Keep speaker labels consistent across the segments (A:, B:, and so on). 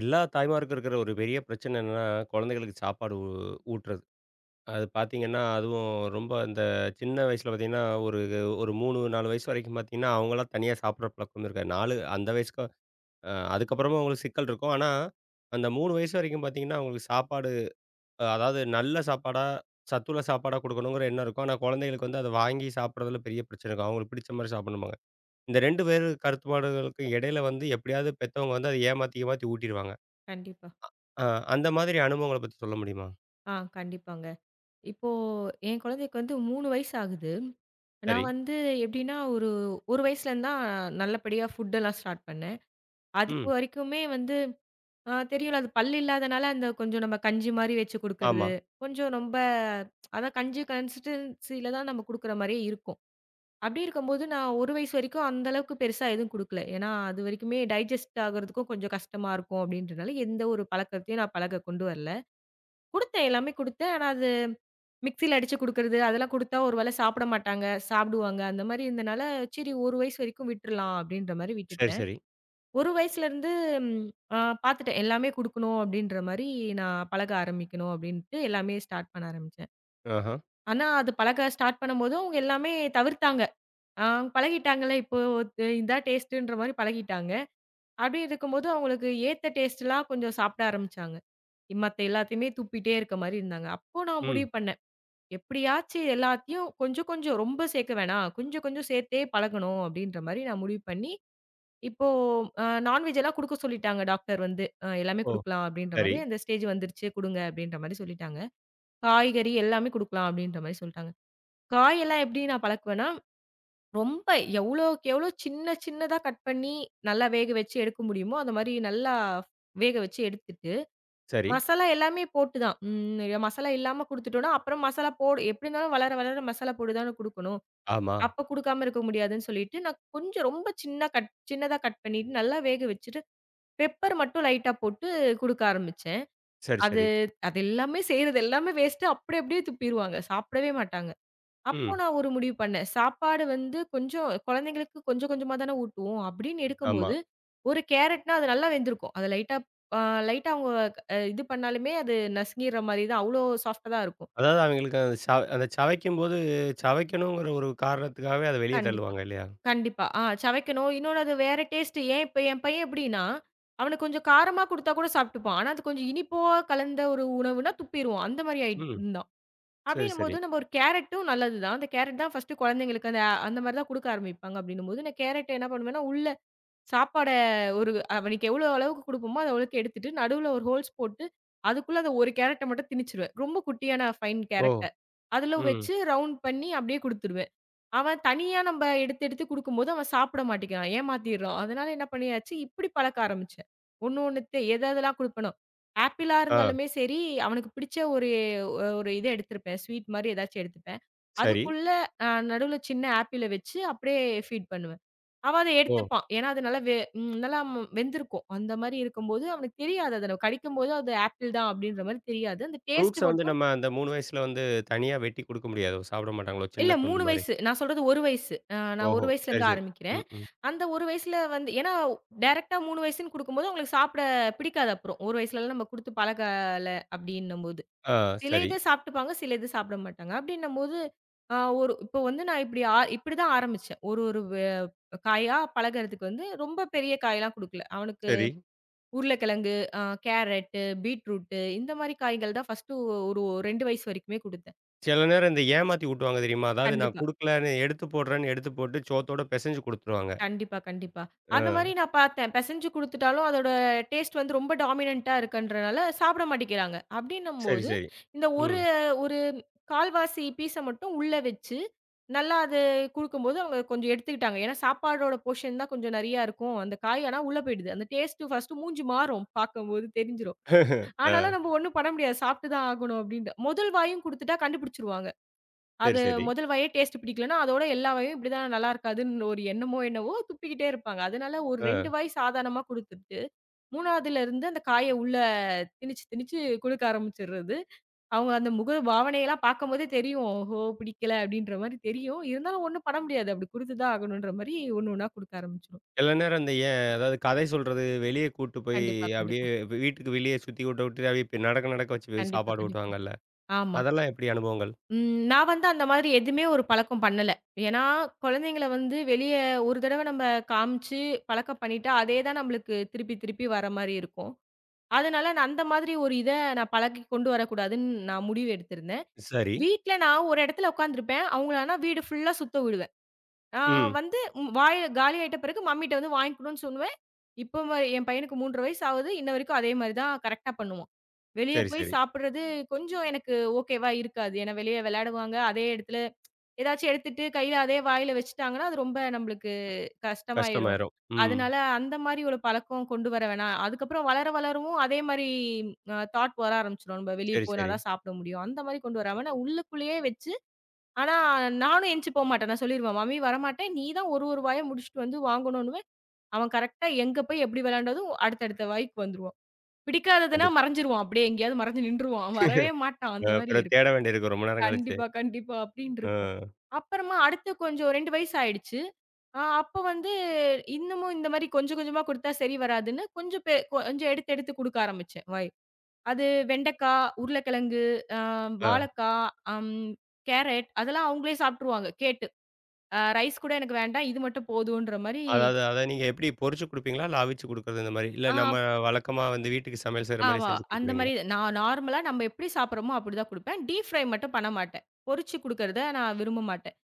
A: எல்லா தாய்மாருக்கும் இருக்கிற ஒரு பெரிய பிரச்சனை என்னன்னா, குழந்தைகளுக்கு சாப்பாடு ஊட்டுறது. அது பார்த்தீங்கன்னா, அதுவும் ரொம்ப இந்த சின்ன வயசுல பார்த்தீங்கன்னா, ஒரு ஒரு 3, 4 வயசு வரைக்கும் பார்த்தீங்கன்னா, அவங்கலாம் தனியா சாப்பிடுற பழக்கம் இருக்காது. 4 அந்த வயசுக்கு அதுக்கப்புறமும் அவங்களுக்கு சிக்கல் இருக்கும். ஆனா, அந்த 3 வயசு வரைக்கும் பார்த்தீங்கன்னா, அவங்களுக்கு சாப்பாடு அதாவது நல்ல சாப்பாடா, சத்துள்ள சாப்பாடா குடுக்கணுங்கிற எண்ணம் இருக்கும். ஆனா, குழந்தைகளுக்கு வந்து அத வாங்கி சாப்பிடுறதுல பெரிய பிரச்சனை இருக்கும். அவங்களுக்கு பிடிச்ச மாரி சாப்பிடணும்பாங்க. இந்த 2 பேரு கருத்துபாடுகளுக்கும் இடையில வந்து எப்படியாவது பெத்தவங்க வந்து அத ஏமாத்தி, ஏமாத்தி ஊட்டிருவாங்க.
B: கண்டிப்பா.
A: ஆ, அந்த மாதிரி அனுபவங்கள பத்தி சொல்ல முடியுமா?
B: கண்டிப்பாங்க. இப்போ என் குழந்தைக்கு வந்து 3 வயசு ஆகுது.
A: சரி.
B: நான் வந்து எப்படின்னா, ஒரு 1 வயசுலேருந்து தான் நல்லபடியா ஃபுட்டெல்லாம் ஸ்டார்ட் பண்ணேன். அதுக்கு
A: ம்.
B: வரைக்குமே வந்து தெரியும்ல, அது பல் இல்லாதனால அந்த கொஞ்சம் நம்ம கஞ்சி மாரி வச்சு குடுக்குறது,
A: ஆமா.
B: கொஞ்சம் ரொம்ப அதான் கஞ்சி கன்சிஸ்டன்சில தான் நம்ம குடுக்குற மாரியே இருக்கும். அப்படி இருக்கும்போது நான் 1 வயசு வரைக்கும் அந்த அளவுக்கு பெருசா எதுவும் குடுக்கல. ஏன்னா, அது வரைக்குமே டைஜெஸ்ட் ஆகுறதுக்கும் கொஞ்சம் கஷ்டமா இருக்கும் அப்படின்றனால, எந்த ஒரு பழக்கத்தையும் நான் பழக கொண்டு வரல. குடுத்தேன் எல்லாமே குடுத்தேன். ஆனா அது மிக்ஸியில அடிச்சு குடுக்குறது, அதெல்லாம் குடுத்தா ஒரு வேளை சாப்பிட மாட்டாங்க, சாப்பிடுவாங்க. அந்த மாரி இருந்தனால, சரி 1 வயசு வரைக்கும் விட்டுறலாம் அப்படின்ற மாரி
A: சரி,
B: விட்டுட்டேன்.
A: சரி.
B: 1 வயசுலருந்து ம் அ பார்த்துட்டேன். எல்லாமே குடுக்கணும் அப்படின்ற மாரி நான் பழக ஆரம்பிக்கணும் அப்படின்ட்டு எல்லாமே ஸ்டார்ட் பண்ண ஆரம்பிச்சேன்.
A: ஆஹா.
B: ஆனா அது பழக ஸ்டார்ட் பண்ணும்போது அவங்க எல்லாமே தவிர்த்தாங்க. அ பழகிட்டாங்கல்ல இப்போ. இதான் டேஸ்ட்டுன்ற மாரி பழகிட்டாங்க. அப்படி இருக்கும்போது அவங்களுக்கு ஏத்த டேஸ்ட்லாம் கொஞ்சம் சாப்பிட ஆரம்பிச்சாங்க. மத்த எல்லாத்தையுமே துப்பிட்டே இருக்க மாரி இருந்தாங்க. அப்போ நான்
A: ம்.
B: முடிவு பண்ணேன். எப்படியாச்சு எல்லாத்தையும் கொஞ்சம் கொஞ்சம் ரொம்ப சேர்க்க வேணாம். கொஞ்சம் கொஞ்சம் சேர்த்தே பழகணும் அப்படின்ற மாரி நான் முடிவு பண்ணி, இப்போ நான்வெஜ் எல்லாம் குடுக்க சொல்லிட்டாங்க டாக்டர் வந்து. எல்லாமே
A: ஓ!
B: குடுக்கலாம் அப்படின்ற
A: சரி,
B: மாரி அந்த ஸ்டேஜ் வந்துருச்சு, குடுங்க அப்படின்ற மாரி சொல்லிட்டாங்க. காய்கறி எல்லாமே குடுக்கலாம் அப்படின்ற மாரி சொல்லிட்டாங்க. காயெல்லாம் எப்படி நான் பழக்குவேன்னா, ரொம்ப எவ்வளோக்கு எவ்வளோ சின்ன சின்னதா கட் பண்ணி நல்லா வேக வச்சு எடுக்க முடியுமோ, அந்த மாரி நல்லா வேக வச்சு எடுத்துட்டு
A: சரி.
B: மசாலா எல்லாமே போட்டு தான். மசாலா இல்லாம குடுத்துட்டோம்னா, அப்புறம் மசாலா போடு எப்படி இருந்தாலும் வளர, வளர மசாலா போட்டு தானே குடுக்கணும்.
A: ஆமா.
B: அப்ப குடுக்காம இருக்க முடியாதுன்னு சொல்லிட்டு, நான் கொஞ்சம் ரொம்ப சின்ன கட் சின்னதா கட் பண்ணிட்டு, நல்லா வேக வச்சுட்டு, பெப்பர் மட்டும் லைட்டா போட்டு குடுக்க ஆரம்பிச்சேன்.
A: சரி,
B: அது
A: சரி.
B: அது எல்லாமே செய்றது எல்லாமே வேஸ்ட்டு. அப்படி அப்படியே துப்பிருவாங்க. சாப்பிடவே மாட்டாங்க. அப்போ
A: ம்.
B: நான் ஒரு முடிவு பண்ணேன். சாப்பாடு வந்து கொஞ்சம் குழந்தைங்களுக்கு கொஞ்சம் கொஞ்சமா தானே ஊட்டுவோம். அப்படின்னு
A: ஆமா.
B: எடுக்கும்போது, ஒரு கேரட்னா அது நல்லா வெந்திருக்கும். அத லைட்டா அ லைட்டா அவங்க இது பண்ணாலுமே அது நசுங்கிற மாரி தான். அவ்ளோ சாஃப்ட்டா தான் இருக்கும்.
A: அதாவது அவங்களுக்கு அந்த சவைக்கும்போது சவைக்கணுங்கிற ஒரு காரணத்துக்காகவே அத வெளிய
B: கண்டிப்பா,
A: தள்ளுவாங்க இல்லையா?
B: கண்டிப்பா. சவைக்கணும். இன்னொன்னு அது வேற டேஸ்ட். ஏன் இப்ப என் பையன் எப்படின்னா, அவனுக்கு கொஞ்சம் காரமா குடுத்தா கூட சாப்ட்டுப்பான். ஆனா அது கொஞ்சம் இனிப்பா கலந்த ஒரு உணவுனா துப்பிருவான். அந்த மாரி ஆயி
A: ம்.
B: இருந்தான்.
A: சரி, சரி.
B: அப்படின்னும்போது நம்ம ஒரு கேரட்டும் நல்லது தான். அந்த கேரட் தான் ஃபர்ஸ்ட்டு குழந்தைங்களுக்கு அந்த அந்த மாரி தான் குடுக்க ஆரம்பிப்பாங்க. அப்படின்னும்போது நான் கேரட் என்ன பண்ணுவேன்னா, உள்ள சாப்பாட ஒரு அவனுக்கு எவ்வளோ அளவுக்கு குடுப்போமோ, அது அளவுக்கு எடுத்துட்டு, நடுவுல ஒரு ஹோல்ஸ் போட்டு, அதுக்குள்ள அந்த ஒரு கேரட்ட மட்டும் திணிச்சுருவேன். ரொம்ப குட்டியான ஃபைன்
A: ஓ!
B: கேரட்ட. அதுல
A: ம்.
B: வச்சு ரவுண்ட் பண்ணி அப்படியே குடுத்துருவேன். அவன் தனியா நம்ப எடுத்து எடுத்து குடுக்கும்போது, அவன் சாப்பிட மாட்டேங்கிறான். ஏமாத்திர்றான். அதனால என்ன பண்ணியாச்சு, இப்பிடி பழக்க ஆரம்பிச்சேன். ஒண்ணு ஒண்ணுத்து எது எதெல்லாம் குடுப்பேனோ! ஆப்பிளா
A: ஆ.
B: இருந்தாலுமே சரி, அவனுக்கு பிடிச்ச ஒரு ஒரு இது எடுத்திருப்பேன். ஸ்வீட் மாரி ஏதாச்சும் எடுத்துப்பேன்.
A: சரி.
B: அதுக்குள்ள நடுவுல சின்ன ஆப்பிள வச்சு அப்பிடியே ஃபீட் பண்ணுவேன். அவன் அத
A: ஓ!
B: எடுத்துப்பான். ஏன்னா, அது நல்லா வெ ம் நல்லா வெந்திருக்கும். அந்த மாரி இருக்கும்போது, அவனுக்கு தெரியாது. அத கடிக்கும்போது அது ஆப்பிள் தான் அப்பிடின்றமாரி தெரியாது. அந்த டேஸ்ட்
A: ஃப்ரூட்ஸ வந்து
B: மட்டும்
A: நம்ம அந்த 3 வயசுல வந்து தனியா வெட்டி குடுக்க முடியாதோ? சாப்பிட மாட்டாங்களோ?
B: இல்ல
A: சின்ன துண்டு
B: 3
A: மாரி.
B: வயசு. நான் சொல்றது 1 வயசு. நான்
A: ஓஹோ!
B: 1
A: சரி,
B: வயசுலேருந்து
A: சரி.
B: ஆரம்பிக்கிறேன்.
A: ம், ம்.
B: அந்த 1 வயசுல வந்து ஏன்னா டைரக்ட்டா 3 வயசுன்னு குடுக்கும்போது அவங்களுக்கு சாப்பிட பிடிக்காது அப்புறம். 1 வயசுலலாம் நம்ம குடுத்து பழகல அப்டின்னும்போது.
A: ஆ,
B: சில
A: சரி,
B: இத சாப்ட்டுப்பாங்க, சில இது சாப்பிட மாட்டாங்க. அப்டின்னும்போது ஒரு இப்போ வந்து நான் இப்டி இப்டிதான் ஆரம்பிச்சேன். ஒரு ஒரு வ காயா பழகுறதுக்கு வந்து ரொம்ப பெரிய காயெல்லாம் குடுக்கல. அவனுக்கு
A: சரி.
B: உருளைக்கிழங்கு, கேரட்டு, பீட்ரூட்டு இந்த மாரி காய்கள் தான் ஃபர்ஸ்ட்டு ஒரு 2 வயசு வரைக்குமே குடுத்தேன்.
A: சில நேரம் இந்த ஏமாத்தி ஊட்டுவாங்க தெரியுமா? அதாவது நான்
B: கண்டிப்பா.
A: குடுக்கலன்னு எடுத்து போடுறேன்னு எடுத்து போட்டு சோத்தோட பெசஞ்சு குடுத்துருவாங்க.
B: கண்டிப்பா, கண்டிப்பா. அந்த மாரி
A: ஆ.
B: நான் பார்த்தேன். பெசஞ்சு குடுத்துட்டாலும் அதோட டேஸ்ட் வந்து ரொம்ப டாமினன்ட்டா இருக்குன்றனால சாப்பிட மாட்டேங்கிறாங்க.
A: சரி,
B: அப்டின்னும்போது,
A: சரி.
B: இந்த ஒரு
A: ம்.
B: ஒரு 1/4 பீஸ மட்டும் உள்ள வச்சு, நல்லா அது குடுக்கும்போது அவங்க கொஞ்சம் எடுத்துக்கிட்டாங்க. ஏன்னா சாப்பாடோட போர்ஷன் தான் கொஞ்சம் நெறையா இருக்கும். அந்த காய் ஆனா உள்ள போயிடுது. அந்த டேஸ்ட்டு ஃபர்ஸ்ட்டு மூஞ்சி மாறும் பார்க்கும்போது தெரிஞ்சிரும்.
A: ஆ.
B: ஆனாலும் நம்ம ஒண்ணும் பண்ண முடியாது. சாப்ட்டு தான் ஆகணும் அப்டின்ட்டு. முதல் வாயும் குடுத்துட்டா கண்டுபிடிச்சுருவாங்க.
A: சரி,
B: அது
A: சரி.
B: முதல் வாயே டேஸ்ட் பிடிக்கலன்னா, அதோட எல்லா வாயும் இப்படிதான் நல்லா இருக்காதுன்னு ஒரு எண்ணமோ என்னவோ துப்பிக்கிட்டே இருப்பாங்க. அதனால ஒரு
A: ஆ.
B: 2 வாய் சாதாரணமா குடுத்துட்டு, 3வதுல இருந்து அந்த காய உள்ள திணிச்சு, திணிச்சு குடுக்க ஆரம்பிச்சுர்றது. அவங்க அந்த முக பாவனையெல்லாம் பார்க்கும்போதே தெரியும். ஓஹோ! பிடிக்கல அப்படின்ற மாரி தெரியும். இருந்தாலும் ஒண்ணும் பண்ண முடியாது. அப்படி குடுத்து தான் ஆகணுன்ற மாரி ஒண்ணு ஒண்ணா குடுக்க ஆரம்பிச்சுரும்.
A: சில நேரம் இந்த ஏன் அதாவது கதை சொல்றது, வெளிய கூட்டு போய்
B: கண்டிப்பா,
A: அப்படியே
B: கண்டிப்பா.
A: வீட்டுக்கு வெளியே சுத்தி விட்டு விட்டு அப்படியே நடக்க நடக்க வச்சு போய்
B: கண்டிப்பா,
A: சாப்பாடு
B: கண்டிப்பா.
A: ஊட்டுவாங்கல்ல.
B: ஆமா.
A: அதெல்லாம் எப்படி அனுபவங்கள்?
B: ம். நான் வந்து அந்த மாதிரி எதுவுமே ஒரு பழக்கம் பண்ணல. ஏன்னா, குழந்தைங்கள வந்து வெளிய ஒரு தடவ நம்ம காமிச்சு பழக்கம் பண்ணிட்டா, அதே தான் நம்மளுக்கு திருப்பி திருப்பி வர மாரி இருக்கும். அதனால நான் அந்த மாதிரி ஒரு இத நான் பழக்கி கொண்டு வரக்கூடாதுன்னு நான் முடிவு எடுத்திருந்தேன்.
A: சரி.
B: வீட்ல நான் ஒரு இடத்துல உட்காந்துருப்பேன். அவங்கள ஆனா வீடு ஃபுல்லா சுத்த விடுவேன். ஆ
A: ம்.
B: வந்து வாய் காலி ஆயிட்ட பிறகு மம்மிட்ட வந்து வாங்கி குடுன்னு சொல்லுவேன். இப்போ என் பையனுக்கு 3 1/2 வயசு ஆகுது. இன்ன வரைக்கும் அதே மாரி தான் கரெக்ட்டா பண்ணுவான். வெளிய
A: சரி,
B: போய்
A: சரி.
B: சாப்பிடுறது கொஞ்சம் எனக்கு ஓகேவா இருக்காது. ஏன்னா வெளிய விளையாடுவாங்க. அதே இடத்துல ஏதாச்சும் எடுத்துட்டு கையில அதே வாயில வச்சுட்டாங்கன்னா, அது ரொம்ப நம்மளுக்கு கஷ்டமாயிரும்.
A: கஷ்டமாயிரும். ம்.
B: அதனால அந்த மாரி ஒரு பழக்கம் கொண்டு வர வேணாம். அதுக்கப்புறம் வளர வளரவும் அதே மாரி தாட் வர ஆரம்பிச்சுரும். நம்ம வெளிய
A: சரி,
B: போனா
A: சரி.
B: தான் சாப்பிட முடியும். அந்த மாரி கொண்டு வராம நான் உள்ளுக்குள்ளேயே வச்சு ஆனா, நானும் எந்திச்சு போமாட்டேன். நான் சொல்லிருவேன், "மம்மி வரமாட்டே. நீ தான் ஒரு, ஒரு வாயா முடிச்சுட்டு வந்து வாங்கணுன்னுவேன்." அவன் கரெக்ட்டா எங்க போய் எப்படி விளையாண்டதும் அடுத்தடுத்த வாய்க்கு வந்துருவான். பிடிக்காததுன்னா
A: கண்டிப்பா.
B: மறைஞ்சிருவான். அப்படியே எங்கேயாவது மறைஞ்சு நின்றுவான். வரவே மாட்டான்.
A: அ
B: அந்த மாரி
A: பிறகு
B: இருக்கும்.
A: தேட வேண்டியிருக்கும் ரொம்ப நேரம் கழிச்சு.
B: கண்டிப்பா, கண்டிப்பா அப்படின்னு
A: ஆ.
B: இருக்கும். அப்புறமா அடுத்து கொஞ்சம் 2 வயசு ஆயிடுச்சு. அப்ப வந்து இன்னமும் இந்த மாரி கொஞ்சம் கொஞ்சமா குடுத்தா சரி வராதுன்னு, கொஞ்சம் எடுத்து எடுத்து குடுக்க ஆரம்பிச்சேன் வாய். அது வெண்டைக்கா, உருளைக்கிழங்கு, அ
A: ஆ.
B: வாழைக்கா, அம் கேரட் அதெல்லாம் அவங்களே சாப்ட்டுருவாங்க கேட்டு. ரைஸ் கூட எனக்கு வேண்டாம். இது மட்டும் போதுன்ற மாரி.
A: அதாவது, அத நீங்க எப்படி பொரிச்சு குடுப்பீங்களா? இல்ல அவிச்சு குடுக்குறது இந்த மாரி? இல்ல
B: ஆ
A: நம்ம வழக்கமா வந்து வீட்டுக்கு சமையல் செய்ற மாரி
B: ஆமா.
A: செஞ்சு
B: அந்த
A: குடுத்துருவீங்களா?
B: மாரி நான் நார்மலா நம்ம எப்படி சாப்பிடுறோமோ அப்படிதான் குடுப்பேன். டீப் ஃப்ரை மட்டும் பண்ண மாட்டேன். பொரிச்சு குடுக்கறத நான் விரும்ப மாட்டேன்.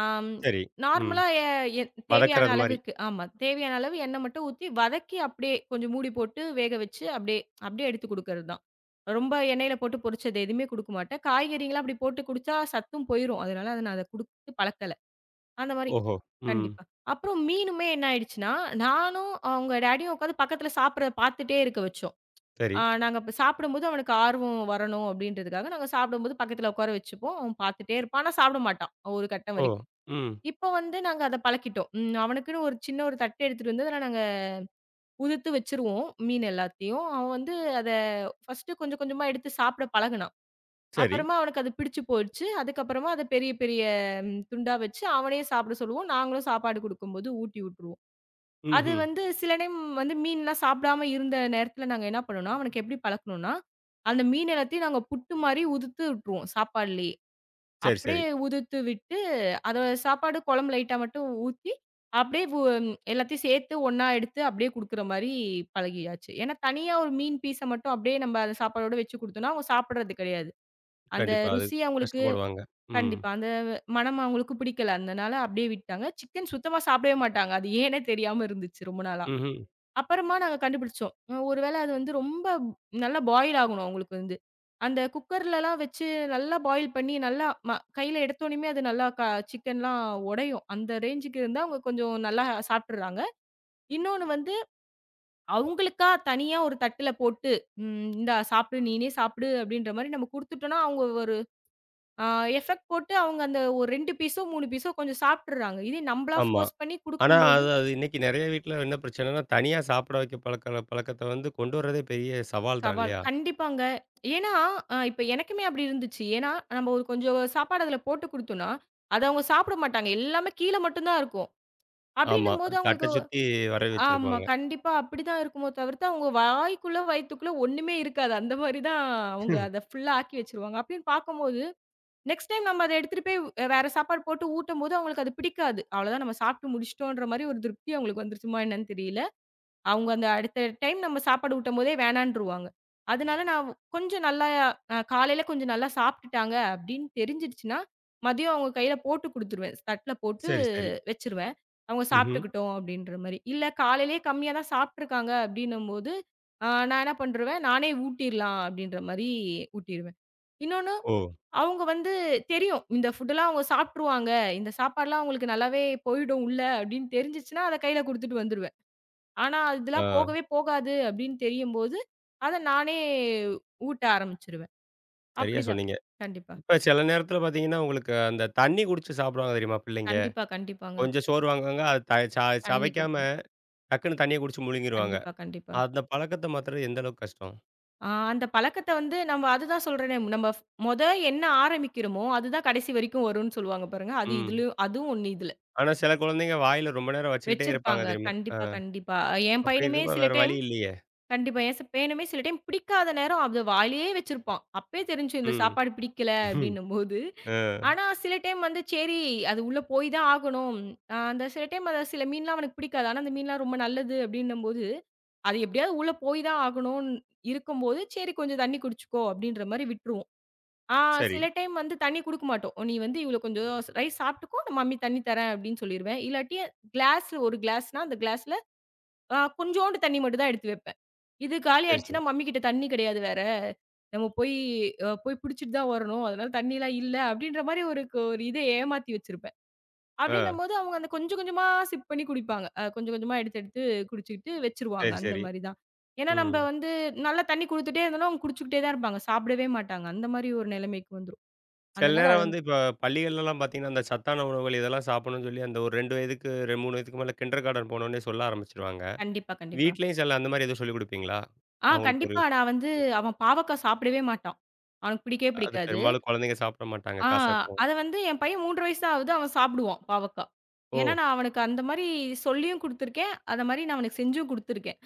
B: ஆம்.
A: சரி. ம்.
B: நார்மலா எ என் தேவையான
A: வதக்குறது மாரி.
B: அளவுக்கு ஆமா. தேவையான அளவு எண்ணெய் மட்டும் ஊத்தி வதக்கி அப்படியே கொஞ்சம் மூடி போட்டு வேக வச்சு அப்படியே அப்படியே எடுத்து குடுக்கறது தான். ரொம்ப எண்ணெயில போட்டு பொரிச்சது எதுவுமே குடுக்க மாட்டேன். காய்கறிங்கலாம் அப்படி போட்டு குடிச்சா சத்தும் போயிரும். அதனால அத நான் அத குடுத்து பழக்கல. அந்த மாரி.
A: ஓஹோ! ம்.
B: கண்டிப்பா. அப்புறம் மீனுமே என்ன ஆயிடுச்சுன்னா, நானும் அவங்க டாடியும் உட்காந்து பக்கத்துல சாப்பிடுறத பார்த்துட்டே இருக்க வச்சோம்.
A: சரி.
B: நாங்க அப்ப சாப்பிடும்போது அவனுக்கு ஆர்வம் வரணும் அப்படின்றதுக்காக, நாங்க சாப்பிடும்போது பக்கத்துல உட்கார வச்சுப்போம். அவன் பார்த்துட்டே இருப்பான். ஆனா சாப்பிட மாட்டான், ஒரு கட்டம்
A: ஓ!
B: வரைக்கும்.
A: ம்.
B: இப்போ வந்து நாங்க அத பழக்கிட்டோம். அவனுக்குன்னு ஒரு சின்ன ஒரு தட்டு எடுத்துட்டு வந்து, அதுல நாங்க உதுத்து வச்சுருவோம், மீன் எல்லாத்தையும். அவன் வந்து அத ஃபர்ஸ்ட்டு கொஞ்சம் கொஞ்சமா எடுத்து சாப்பிட பழகுனான்.
A: சரி.
B: அப்புறமா அவனுக்கு அது பிடிச்சு போச்சு. அதுக்கப்புறமா அத பெரிய பெரிய துண்டா வச்சு அவனே சாப்பிட சொல்லுவோம். நாங்களும் சாப்பாடு குடுக்கும்போது ஊட்டி விட்டுருவோம். அது
A: ம்ஹ்ம்.
B: வந்து சில டைம் வந்து மீன்லாம் சாப்பிடாம இருந்த நேரத்துல நாங்க என்ன பண்ணோம்னா, அவனுக்கு எப்படி பழக்கணும்னா, அந்த மீன் எல்லாத்தையும் நாங்க புட்டு மாரி உதுத்து விட்டுருவோம் சாப்பாடுலயே.
A: சரி, சரி.
B: அப்படியே உதுத்து விட்டு, அத சாப்பாடு குழம்பு லைட்டா மட்டும் ஊத்தி, அப்படியே எல்லாத்தையும் சேர்த்து ஒண்ணா எடுத்து அப்படியே குடுக்குற மாரி பழகியாச்சு. ஏன்னா தனியா ஒரு மீன் பீஸ மட்டும் அப்படியே நம்ம அந்த சாப்பாடோட வச்சு குடுத்தோம்னா, அவங்க சாப்பிடுறது கிடையாது. அந்த
A: கண்டிப்பா. அது
B: ருசி அவங்களுக்கு
A: கஷ்டப்படுவாங்க. ம்.
B: கண்டிப்பா. அந்த மணம் அவங்களுக்கு பிடிக்கல. அதனால அப்படியே விட்டாங்க. சிக்கன் சுத்தமா சாப்பிடவே மாட்டாங்க. அது ஏன்னே தெரியாம இருந்துச்சு ரொம்ப நாளா.
A: ம்ஹ்ம்.
B: அப்புறமா நாங்க கண்டுபிடிச்சோம். ஒருவேளை அது வந்து ரொம்ப நல்லா பாயில் ஆகணும் அவங்களுக்கு வந்து. அந்த குக்கர்லலாம் வச்சு நல்லா பாயில் பண்ணி நல்லா ம கையில எடுத்தோனயுமே அது நல்லா க சிக்கன்லாம் உடையும். அந்த ரேஞ்சுக்கு இருந்தா அவங்க கொஞ்சம் நல்லா சாப்பிட்டுறாங்க. இன்னொன்னு வந்து அவங்களுக்கா தனியா ஒரு தட்டுல போட்டு, "இந்தா சாப்பிடு. நீனே சாப்பிடு" அப்படின்ற மாரி நம்ம குடுத்துட்டோம்னா, அவங்க ஒரு ஆ எஃபெக்ட் போட்டு அவங்க அந்த ஒரு 2 பீஸோ, 3 பீஸோ கொஞ்சம் சாப்பிட்டுர்றாங்க. இதே நம்பளா
A: ஆமா.
B: ஃபோர்ஸ் பண்ணி
A: ஆனா,
B: குடுக்கும்போது
A: அது அது இன்னைக்கு நெறைய வீட்ல என்ன பிரச்சனைன்னா, தனியா சாப்பிட வைக்க பழக்க பழக்கத்த வந்து கொண்டு வர்றதே பெரிய சவால் தான்
B: சவால்.
A: இல்லையா?
B: கண்டிப்பாங்க. ஏன்னா, இப்ப எனக்குமே அப்படி இருந்துச்சு. ஏன்னா, நம்ம ஒரு கொஞ்சம் சாப்பாடு அதில போட்டு குடுத்தோம்னா, அத அவங்க சாப்பிட மாட்டாங்க. எல்லாமே கீழ மட்டும் தான் இருக்கும்.
A: ஆமா.
B: அப்படின்னும்போது
A: தட்ட
B: அவங்களுக்கு
A: சுத்தி வர
B: ஆமா.
A: வச்சிருப்பாங்க.
B: கண்டிப்பா அப்படிதான் இருக்குமோ தவிர்த்து, அவங்க வாய்க்குள்ள, வயித்துக்குள்ள ஒண்ணுமே இருக்காது. அந்த மாரி தான் அவங்க அத ஃபுல்லா ஆக்கி வச்சுருவாங்க. அப்படின்னு பார்க்கும்போது நெக்ஸ்ட் டைம் நம்ம அத எடுத்துட்டு போய் வேற சாப்பாடு போட்டு ஊட்டும்போது அவங்களுக்கு அது பிடிக்காது. அவ்வளோதான் நம்ம சாப்பிட்டு முடிச்சுட்டோன்ற மாரி ஒரு திருப்தி அவங்களுக்கு வந்துருச்சுமா என்னன்னு தெரியல. அவங்க அந்த அடுத்த டைம் நம்ம சாப்பாடு ஊட்டும்போதே வேணான்ருவாங்க. அதனால நான் கொஞ்சம் நல்லா காலையில கொஞ்சம் நல்லா சாப்பிட்டுட்டாங்க அப்படின்னு தெரிஞ்சிடுச்சுன்னா, மதியம் அவங்க கையில போட்டு குடுத்துருவேன். தட்ல போட்டு
A: சரி, சரி.
B: வச்சுருவேன். அவங்க
A: ம்ஹ்ம்.
B: சாப்பிட்டுக்கிட்டோம் அப்படின்ற மாரி. இல்ல காலையிலேயே கம்மியா தான் சாப்பிட்டுருக்காங்க அப்படின்னும்போது, நான் என்ன பண்ருவேன், நானே ஊட்டிறலாம் அப்படின்ற மாரி ஊட்டிருவேன். இன்னொன்னு
A: ஓ!
B: அவங்க வந்து தெரியும். இந்த ஃபுட்டெல்லாம் அவங்க சாப்ட்டுருவாங்க. இந்த சாப்பாடுலாம் அவங்களுக்கு நல்லாவே போயிடும் உள்ள அப்படின்னு தெரிஞ்சுச்சுன்னா, அத கையில குடுத்துட்டு வந்துருவேன். ஆனா இதெல்லாம்
A: ஆ.
B: போகவே போகாது அப்படின்னு தெரியும்போது, அத நானே ஊட்ட ஆரம்பிச்சுருவேன்.
A: சரியா
B: அப்படிதான்.
A: சொன்னீங்க.
B: கண்டிப்பா.
A: இப்ப சில நேரத்துல பார்த்தீங்கன்னா, உங்களுக்கு அந்த தண்ணி குடிச்சு சாப்பிடுவாங்க தெரியுமா பிள்ளைங்க?
B: கண்டிப்பா, கண்டிப்பாங்க.
A: கொஞ்சம் சோர்வாங்குவாங்க. அது த ச
B: தண்ணி
A: சவைக்காம
B: குடுத்துருவேன்.
A: டக்குன்னு தண்ணிய குடிச்சு முழுங்கிருவாங்க.
B: கண்டிப்பா, கண்டிப்பா.
A: அந்த பழக்கத்த மாத்துறது எந்த அளவுக்கு கஷ்டம்?
B: அந்த பழக்கத்த வந்து நம்ம அதுதான் சொல்றேனே, நம்ம ஃப- மொத என்ன ஆரம்பிக்கிறோமோ, அதுதான் கடைசி வரைக்கும் வரும்னு சொல்லுவாங்க பாருங்க. அது
A: ம்.
B: இதுலயும் அதுவும் ஒண்ணு இதுல.
A: ஆனா சில குழந்தைங்க வாயில ரொம்ப நேரம் வச்சுக்கிட்டே இருப்பாங்க
B: வச்சிருப்பாங்க.
A: தெரியுமா? ஆ.
B: கண்டிப்பா, கண்டிப்பா. என்
A: அப்படி
B: பையனுமே
A: இருக்கப்ப
B: சில
A: வேற
B: டைம்
A: வழி இல்லையே!
B: கண்டிப்பா. ஏன் ச வேணுமே சில டைம் பிடிக்காத நேரம் அது வாயிலேயே வச்சிருப்பான். அப்பயே தெரிஞ்சுரும் இந்த
A: ம்.
B: சாப்பாடு பிடிக்கல அப்டின்னும்போது.
A: ஆ,
B: ஆனா சில டைம் வந்து சரி அது உள்ள போய் தான் ஆகணும். அந்த சில டைம் அத சில மீன்லாம் அவனுக்கு பிடிக்காது. ஆனா அந்த மீன்லாம் ரொம்ப நல்லது அப்டின்னும்போது, அது எப்டியாவது உள்ள போய் தான் ஆகணும்னு இருக்கும்போது, சரி கொஞ்சம் தண்ணி குடிச்சுக்கோ அப்டின்ற மாரி விட்டுருவோம். ஆ
A: சரி.
B: சில டைம் வந்து தண்ணி குடுக்க மாட்டோம். நீ வந்து இவ்ளோ கொஞ்சம் ரைஸ் சாப்ட்டுக்கோ, நான் மம்மி தண்ணி தரேன் அப்டின்னு சொல்லிருவேன். இல்லாட்டி கிளாஸ்ல ஒரு கிளாஸ்னா அந்த கிளாஸ்ல கொஞ்சோண்டு தண்ணி மட்டும் தான் எடுத்து வைப்பேன். இது காலி
A: சரி, சரி.
B: ஆயிடுச்சுன்னா, மம்மி கிட்ட தண்ணி கிடையாது வேற. நம்ம போய் போய் புடிச்சுட்டு தான் வரணும். அதனால தண்ணிலாம் இல்ல அப்டின்ற மாரி ஒரு இத ஏமாத்தி வச்சிருப்பேன்.
A: ஆ.
B: அப்டின்னும்போது அவங்க அந்த கொஞ்சம் கொஞ்சமா சிப் பண்ணி குடிப்பாங்க. கொஞ்சம் கொஞ்சமா எடுத்து எடுத்து குடிச்சுக்கிட்டு வச்சுருவாங்க.
A: சரி,
B: அந்த
A: சரி.
B: மாரி தான். ஏன்னா
A: ம்.
B: நம்ப வந்து நல்லா தண்ணி குடுத்துட்டே இருந்தோம்னா, அவங்க குடிச்சுக்கிட்டே தான் இருப்பாங்க. சாப்பிடவே மாட்டாங்க. அந்த மாரி ஒரு நிலைமைக்கு வந்துரும்.
A: சில
B: அதனால
A: நேரம்
B: அது
A: வந்து
B: நமக்கு
A: இப்ப பள்ளிகள்லலாம் பார்த்தீங்கன்னா, அந்த சத்தான உணவுகள் இதெல்லாம் சாப்பிடணும்னு சொல்லி அந்த ஒரு 2 வயதுக்கு 3 வயதுக்கு மேல கிண்டர் கார்டன் போனோனே சொல்ல ஆரம்பிச்சுருவாங்க.
B: கண்டிப்பா, கண்டிப்பா.
A: வீட்லயும் சில அந்த மாரி எதுவும் சொல்லிக் குடுப்பீங்களா? அவங்களுக்கு ஒரு
B: கண்டிப்பா. நான் வந்து அவன் பாவக்கா சாப்பிடவே மாட்டான். அவனுக்கு பிடிக்கவே
A: அது
B: பிடிக்காது.
A: பெரும்பாலும் குழந்தைங்க சாப்பிட மாட்டாங்க
B: ஆ
A: கசக்கும்.
B: அத வந்து என் பையன் 3 வயசு தான் ஆகுது. அவன் சாப்பிடுவான் பாவக்கா.
A: ஓ!
B: ஏன்னா, நான் அவனுக்கு அந்த மாரி சொல்லியும் குடுத்துருக்கேன். அத மாரி நான் அவனுக்கு செஞ்சும் குடுத்துருக்கேன்.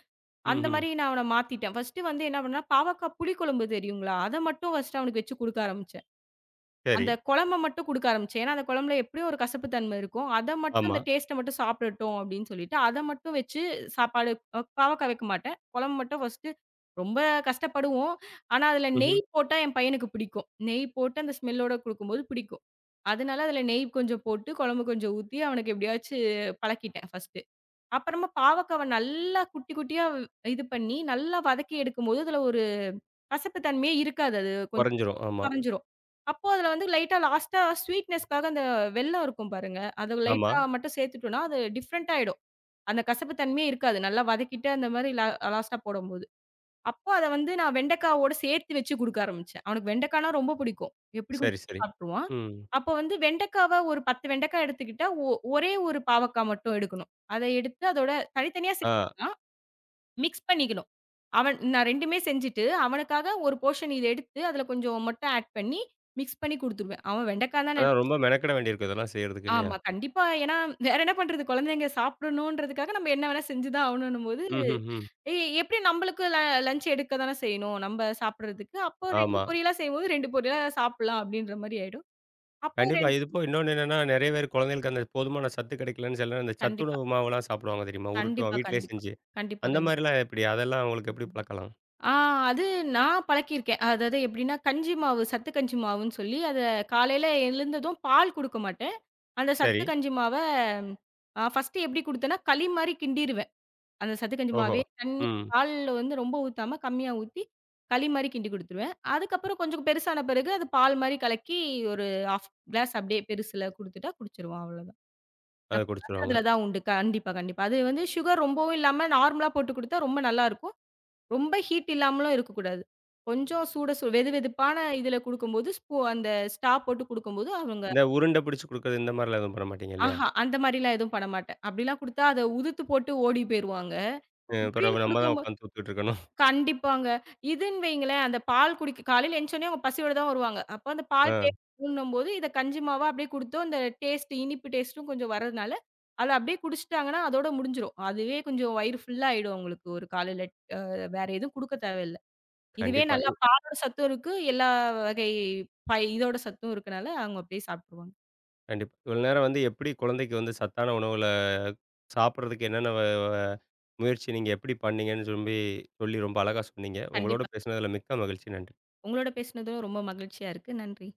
B: அந்த
A: ம்ஹ்ம்.
B: மாரி நான் அவன மாத்திட்டேன். ஃபர்ஸ்ட்டு வந்து என்ன பண்ணேன்னா, பாவக்கா புளிக்குழம்பு தெரியுங்களா? அத மட்டும் ஃபர்ஸ்ட்டு அவனுக்கு வச்சு குடுக்க ஆரம்பிச்சேன்.
A: சரி.
B: அந்த குழம்ப மட்டும் குடுக்க ஆரம்பிச்சேன். ஏன்னா, அந்த குழம்புல எப்படியும் ஒரு கசப்பு தன்மை இருக்கும். அத மட்டும்
A: ஆமா.
B: அந்த டேஸ்ட்ட மட்டும் சாப்பிடட்டும் அப்படின்னு சொல்லிட்டு, அத மட்டும் வச்சு சாப்பாடு பாவக்கா வைக்க மாட்டேன். குழம்பு மட்டும் ஃபர்ஸ்ட்டு ரொம்ப கஷ்டப்படுவோம். ஆனா, அதுல
A: ம்ஹ்ம்.
B: நெய் போட்டா என் பையனுக்கு பிடிக்கும். நெய் போட்டு அந்த ஸ்மெல்லோட குடுக்கும்போது பிடிக்கும். அதனால அதுல நெய் கொஞ்சம் போட்டு, குழம்பு கொஞ்சம் ஊத்தி அவனுக்கு எப்படியாச்சு பழக்கிட்டேன் ஃபர்ஸ்ட்டு. அப்புறமா பாவக்காவ நல்லா குட்டி குட்டியா இது பண்ணி, நல்லா வதக்கி எடுக்கும்போது, அதுல ஒரு கசப்பு தன்மையே இருக்காது. அது கொஞ்சம்
A: குறைஞ்சிரும். ஆமா,
B: கரைஞ்சிரும். அப்போ அதுல வந்து லைட்டா லாஸ்ட்டா ஸ்வீட்னஸ்க்காக அந்த வெல்லம் இருக்கும் பாருங்க. அது
A: ஆமா.
B: லைட்டா மட்டும் சேர்த்துட்டோம்னா, அது டிஃபரண்ட் ஆயிடும். அந்த கசப்பு தன்மையே இருக்காது. நல்லா வதக்கிட்டு அந்த மாரி லாஸ்ட்டா போடும்போது. அப்போ அத வந்து நான் வெண்டைக்காவோட சேர்த்து வச்சு குடுக்க ஆரம்பிச்சேன். அவனுக்கு வெண்டைக்கானா ரொம்ப பிடிக்கும். எப்படி
A: சரி,
B: குடுத்தாலும்
A: சரி.
B: சாப்ட்டுருவான்.
A: ம்.
B: அப்போ வந்து வெண்டைக்காவ ஒரு 10 வெண்டைக்கா எடுத்துக்கிட்டா, ஒரே ஒரு பாவக்கா மட்டும் எடுக்கணும். அத எடுத்து அதோட தனித்தனியா
A: ஆ.
B: சேர்த்துக்கலாம். மிக்ஸ் பண்ணிக்கணும். அவன் நான் 2மே செஞ்சுட்டு, அவனுக்காக ஒரு போர்ஷன் இத எடுத்து, அதில கொஞ்சம் மட்டும் ஆட் பண்ணி, மிக்ஸ் பண்ணி குடுத்துருவேன். அவன் வெண்டைக்கா தான்
A: ஆனா
B: நினைச்
A: ரொம்ப மெனக்கெட வேண்டியிருக்கும் இதெல்லாம் செய்றதுக்கு இல்லையா?
B: ஆமா. கண்டிப்பா. ஏன்னா, வேற என்ன பண்றது? குழந்தைங்க சாப்பிடணுன்றதுக்காக நம்ம என்ன வேணா செஞ்சு தான் ஆகணுன்னும்போது,
A: ம்ஹ்ஹ்ம்.
B: எ எப்படியும் நம்மளுக்கு லஞ்ச் எடுக்க தானே செய்யணும், நம்ம சாப்பிடுறதுக்கு. அப்போ 2
A: ஆமா.
B: பொரியலா செய்யும்போது 2 பொரியலா சாப்பிடலாம் அப்படின்ற மாரி ஆயிடும். அப்போ
A: கண்டிப்பா.
B: 2
A: இது போக இன்னொன்னு என்னன்னா, நிறைய பேர் குழந்தைகளுக்கு அந்த போதுமான சத்து கிடைக்கலன்னு சில நேரம் இந்த
B: கண்டிப்பா,
A: சத்துணவு மாவுலாம் சாப்பிடுவாங்க தெரியுமா? உருட்டுவான்
B: கண்டிப்பா,
A: வீட்லயே
B: கண்டிப்பா.
A: செஞ்சு.
B: கண்டிப்பா,
A: அந்த
B: கண்டிப்பா.
A: மாரிலாம் எப்படி? அதெல்லாம் உங்களுக்கு எப்படி பழக்கலாம்?
B: ஆ அது நான் பழக்கியிருக்கேன். அதாவது எப்படின்னா, கஞ்சி மாவு, சத்து கஞ்சி மாவுன்னு சொல்லி, அத காலையில எழுந்ததும் பால் குடுக்க மாட்டேன். அந்த
A: சரி.
B: சத்து கஞ்சி மாவ ஃபர்ஸ்ட்டு எப்படி குடுத்தேன்னா, களி மாரி கிண்டிருவேன். அந்த சத்து கஞ்சி
A: ஓஹோ!
B: மாவே தண்ணி
A: ம்.
B: பால்ல வந்து ரொம்ப ஊத்தாம கம்மியா ஊத்தி, களி மாரி கிண்டி குடுத்துருவேன். அதுக்கப்புறம் கொஞ்சம் பெருசான பிறகு அது பால் மாரி கலக்கி ஒரு 1/2 கிளாஸ் அப்படியே பெருசுல குடுத்துட்டா குடிச்சிருவான் அவ்வளோதான்.
A: அத குடிச்சுருவாங்க.
B: அதுல தான் உண்டு. கண்டிப்பா, கண்டிப்பா. அது வந்து சுகர் ரொம்பவும் இல்லாம நார்மலா போட்டு குடுத்தா ரொம்ப நல்லாருக்கும். ரொம்ப ஹீட் இல்லாமலும் இருக்கக்கூடாது. கொஞ்சம் சூட சு வெதுவெதுப்பான இதுல குடுக்கும்போது, ஸ்பூ அந்த ஸ்ட்ரா போட்டு குடுக்கும்போது அவங்க
A: இந்த உருண்டை பிடிச்சு குடுக்குறது இந்த மாரிலாம் எதுவும் பண்ண மாட்டீங்க இல்லையா?
B: ஆஹா! அந்த மாரிலாம் எதுவும் பண்ண மாட்டேன். அப்படிலாம் குடுத்தா அத உதுத்து போட்டு ஓடி போயிருவாங்க.
A: அ
B: இப்படின்னு
A: பிறவு நம்ம தான்
B: குடுக்கும்போ
A: உட்காந்து தூத்துக்கிட்டு இருக்கணும்.
B: கண்டிப்பாங்க. இதுன்னு வைங்களேன், அந்த பால் குடிக்க காலையில எந்திச்சோனே அவங்க பசியோட தான் வருவாங்க. அப்ப அந்த பால் டேஸ்ட்
A: ஆ.
B: வேணுன்னும்போது இத கஞ்சி மாவா அப்படியே குடுத்தோம், இந்த டேஸ்ட் இனிப்பு டேஸ்ட்டும் கொஞ்சம் வரதுனால, அத அப்படியே குடிச்சுட்டாங்கன்னா அதோட முடிஞ்சிரும். அதுவே கொஞ்சம் வயிறு ஃபுல் ஆயிடும் அவங்களுக்கு ஒரு காலையில. வேற எதுவும் குடுக்க தேவையில்ல. இதுவே
A: கண்டிப்பா.
B: நல்லா பாலோட சத்தும் இருக்கு. எல்லா வகை இதோட சத்தும் இருக்கனால, அவங்க அப்படியே சாப்ட்டுருவாங்க.
A: கண்டிப்பா. இவ்வளோ நேரம் வந்து எப்படி குழந்தைக்கு வந்து சத்தான உணவுகள சாப்பிடுறதுக்கு என்னென்ன வ வ முயற்சி நீங்க எப்படி பண்ணீங்கன்னு சொல்லி சொல்லி ரொம்ப அழகா சொன்னீங்க. உங்களோட
B: கண்டிப்பா.
A: பேசினதில மிக்க மகிழ்ச்சி. நன்றி.
B: உங்களோட பேசினதும் ரொம்ப மகிழ்ச்சியா இருக்கு. நன்றி.